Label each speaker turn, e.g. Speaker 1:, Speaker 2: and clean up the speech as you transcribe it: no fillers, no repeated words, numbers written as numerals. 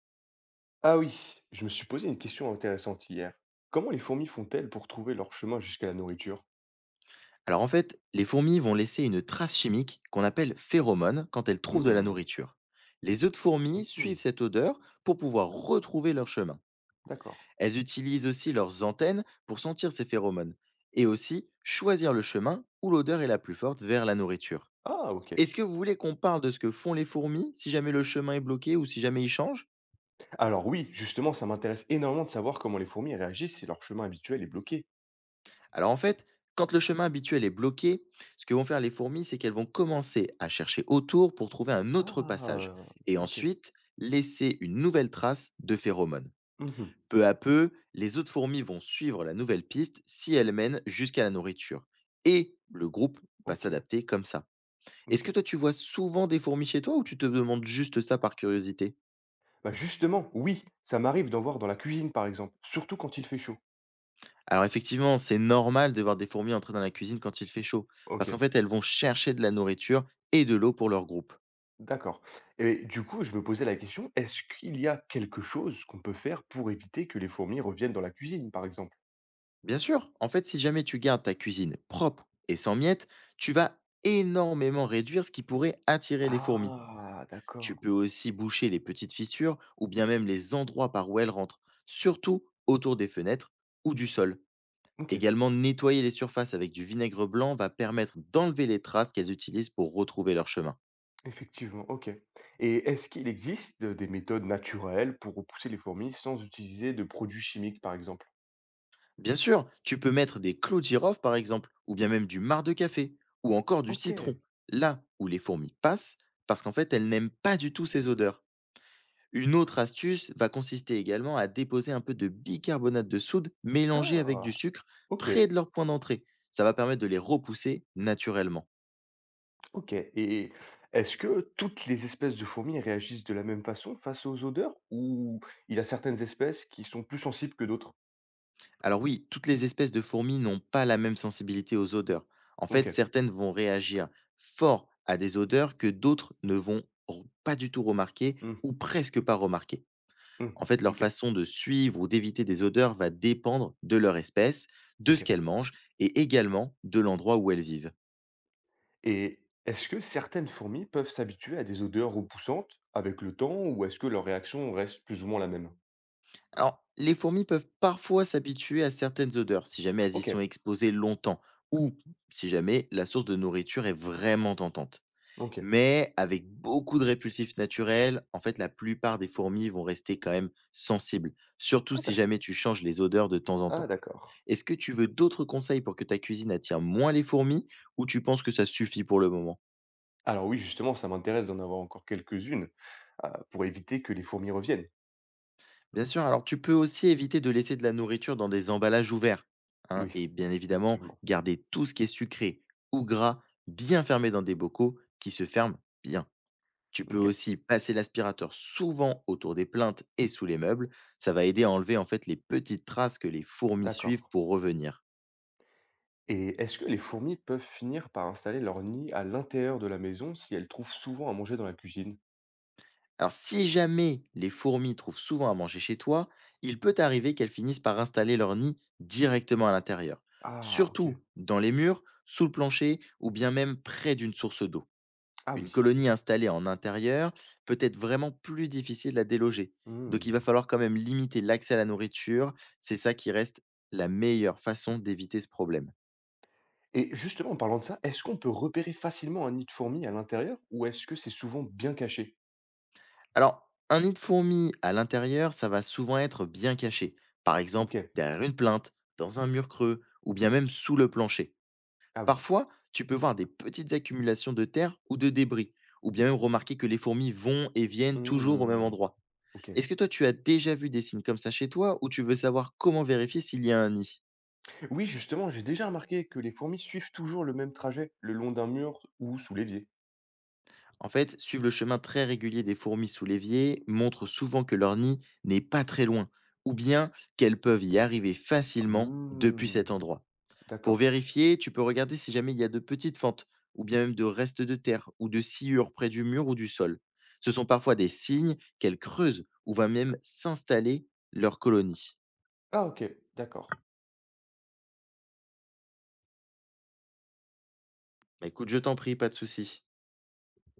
Speaker 1: Ah oui, je me suis posé une question intéressante hier. Comment les fourmis font-elles pour trouver leur chemin jusqu'à la nourriture?
Speaker 2: Alors en fait, les fourmis vont laisser une trace chimique qu'on appelle phéromone quand elles trouvent de la
Speaker 1: Hmm,
Speaker 2: nourriture. Les œufs de fourmis
Speaker 1: mhm,
Speaker 2: suivent cette odeur pour pouvoir retrouver leur chemin.
Speaker 1: d'accord.
Speaker 2: Elles utilisent aussi leurs antennes pour sentir ces phéromones et aussi choisir le chemin où l'odeur est la plus forte vers la nourriture.
Speaker 1: Ah, ok.
Speaker 2: Est-ce que vous voulez qu'on parle de ce que font les fourmis si jamais le chemin est bloqué ou si jamais il change?
Speaker 1: Alors oui, justement, ça m'intéresse énormément de savoir comment les fourmis réagissent si leur chemin habituel est bloqué.
Speaker 2: Alors en fait, quand le chemin habituel est bloqué, ce que vont faire les fourmis, c'est qu'elles vont commencer à chercher autour pour trouver un autre passage,
Speaker 1: Ah,
Speaker 2: et
Speaker 1: ok.
Speaker 2: ensuite laisser une nouvelle trace de phéromones.
Speaker 1: Mhm,
Speaker 2: Peu à peu, les autres fourmis vont suivre la nouvelle piste si elle mène jusqu'à la nourriture. Et le groupe va
Speaker 1: ok,
Speaker 2: s'adapter comme ça. Est-ce que
Speaker 1: ok.
Speaker 2: toi tu vois souvent des fourmis chez toi ou tu te demandes juste ça par curiosité?
Speaker 1: Bah justement, oui, ça m'arrive d'en voir dans la cuisine, par exemple, surtout quand il fait chaud.
Speaker 2: Alors effectivement, c'est normal de voir des fourmis entrer dans la cuisine quand il fait chaud,
Speaker 1: Ok,
Speaker 2: parce qu'en fait elles vont chercher de la nourriture et de l'eau pour leur groupe.
Speaker 1: d'accord. Et du coup, je me posais la question, est-ce qu'il y a quelque chose qu'on peut faire pour éviter que les fourmis reviennent dans la cuisine, par exemple?
Speaker 2: Bien sûr, en fait, si jamais tu gardes ta cuisine propre et sans miettes, tu vas énormément réduire ce qui pourrait attirer les fourmis.
Speaker 1: Ah, d'accord.
Speaker 2: Tu peux aussi boucher les petites fissures ou bien même les endroits par où elles rentrent, surtout autour des fenêtres ou du sol.
Speaker 1: OK,
Speaker 2: Également, nettoyer les surfaces avec du vinaigre blanc va permettre d'enlever les traces qu'elles utilisent pour retrouver leur chemin.
Speaker 1: effectivement, OK et est-ce qu'il existe des méthodes naturelles pour repousser les fourmis sans utiliser de produits chimiques, par exemple?
Speaker 2: Bien sûr, tu peux mettre des clous de girofle par exemple, ou bien même du marc de café, ou encore du
Speaker 1: OK.
Speaker 2: citron, là où les fourmis passent, parce qu'en fait, elles n'aiment pas du tout ces odeurs. Une autre astuce va consister également à déposer un peu de bicarbonate de soude mélangé avec du
Speaker 1: Ah!
Speaker 2: sucre
Speaker 1: OK,
Speaker 2: près de leur point d'entrée. Ça va permettre de les repousser naturellement.
Speaker 1: OK et est-ce que toutes les espèces de fourmis réagissent de la même façon face aux odeurs ou il y a certaines espèces qui sont plus sensibles que d'autres?
Speaker 2: Alors oui, toutes les espèces de fourmis n'ont pas la même sensibilité aux odeurs. En fait,
Speaker 1: OK.
Speaker 2: certaines vont réagir fort à des odeurs que d'autres ne vont pas du tout remarquer
Speaker 1: Mmh,
Speaker 2: ou presque pas remarquer.
Speaker 1: mmh,
Speaker 2: En fait, leur
Speaker 1: OK,
Speaker 2: façon de suivre ou d'éviter des odeurs va dépendre de leur espèce, de ce
Speaker 1: OK
Speaker 2: qu'elles mangent et également de l'endroit où elles vivent.
Speaker 1: et est-ce que certaines fourmis peuvent s'habituer à des odeurs repoussantes avec le temps ou est-ce que leur réaction reste plus ou moins la même?
Speaker 2: Alors, les fourmis peuvent parfois s'habituer à certaines odeurs si jamais elles y sont
Speaker 1: OK.
Speaker 2: exposées longtemps ou si jamais la source de nourriture est vraiment tentante.
Speaker 1: OK.
Speaker 2: Mais avec beaucoup de répulsifs naturels, en fait, la plupart des fourmis vont rester quand même sensibles, surtout
Speaker 1: Ah
Speaker 2: si
Speaker 1: d'ac
Speaker 2: jamais tu changes les odeurs de temps en
Speaker 1: ah
Speaker 2: temps.
Speaker 1: d'accord.
Speaker 2: Est-ce que tu veux d'autres conseils pour que ta cuisine attire moins les fourmis ou tu penses que ça suffit pour le moment?
Speaker 1: Alors oui, justement, ça m'intéresse d'en avoir encore quelques-unes, pour éviter que les fourmis reviennent.
Speaker 2: Bien sûr, alors tu peux aussi éviter de laisser de la nourriture dans des emballages ouverts, hein,
Speaker 1: Oui,
Speaker 2: et bien évidemment,
Speaker 1: effectivement.
Speaker 2: garder tout ce qui est sucré ou gras bien fermé dans des bocaux qui se ferment bien. Tu peux
Speaker 1: OK,
Speaker 2: aussi passer l'aspirateur souvent autour des plaintes et sous les meubles. Ça va aider à enlever en fait les petites traces que les fourmis suivent
Speaker 1: d'accord
Speaker 2: pour revenir.
Speaker 1: et est-ce que les fourmis peuvent finir par installer leur nid à l'intérieur de la maison si elles trouvent souvent à manger dans la cuisine?
Speaker 2: Alors, si jamais les fourmis trouvent souvent à manger chez toi, il peut arriver qu'elles finissent par installer leur nid directement à l'intérieur,
Speaker 1: Ah OK.
Speaker 2: surtout dans les murs, sous le plancher ou bien même près d'une source d'eau.
Speaker 1: Ah
Speaker 2: Une
Speaker 1: oui,
Speaker 2: colonie
Speaker 1: OK.
Speaker 2: installée en intérieur peut être vraiment plus difficile à déloger. Donc, il va
Speaker 1: Mmh
Speaker 2: falloir quand même limiter l'accès à la nourriture. C'est ça qui reste la meilleure façon d'éviter ce problème.
Speaker 1: et justement, en parlant de ça, est-ce qu'on peut repérer facilement un nid de fourmis à l'intérieur ou est-ce que c'est souvent bien caché?
Speaker 2: Alors, un nid de fourmis à l'intérieur, ça va souvent être bien caché. Par
Speaker 1: OK.
Speaker 2: exemple, derrière une plainte, dans un mur creux, ou bien même sous le plancher.
Speaker 1: Ah oui.
Speaker 2: Parfois, tu peux voir des petites accumulations de terre ou de débris, ou bien même remarquer que les fourmis vont et viennent toujours au même
Speaker 1: Mmh.
Speaker 2: endroit.
Speaker 1: OK.
Speaker 2: Est-ce que toi, tu as déjà vu des signes comme ça chez toi, ou tu veux savoir comment vérifier s'il y a un nid?
Speaker 1: Oui, justement, j'ai déjà remarqué que les fourmis suivent toujours le même trajet, le long d'un mur ou sous l'évier.
Speaker 2: En fait, suivre le chemin très régulier des fourmis sous l'évier montre souvent que leur nid n'est pas très loin, ou bien qu'elles peuvent y arriver facilement depuis
Speaker 1: Hmm,
Speaker 2: cet endroit. Pour
Speaker 1: d'accord.
Speaker 2: vérifier, tu peux regarder si jamais il y a de petites fentes, ou bien même de restes de terre, ou de sciures près du mur ou du sol. Ce sont parfois des signes qu'elles creusent, ou va même s'installer leur colonie.
Speaker 1: Ah ok, d'accord.
Speaker 2: Bah, écoute, je t'en prie, pas de souci.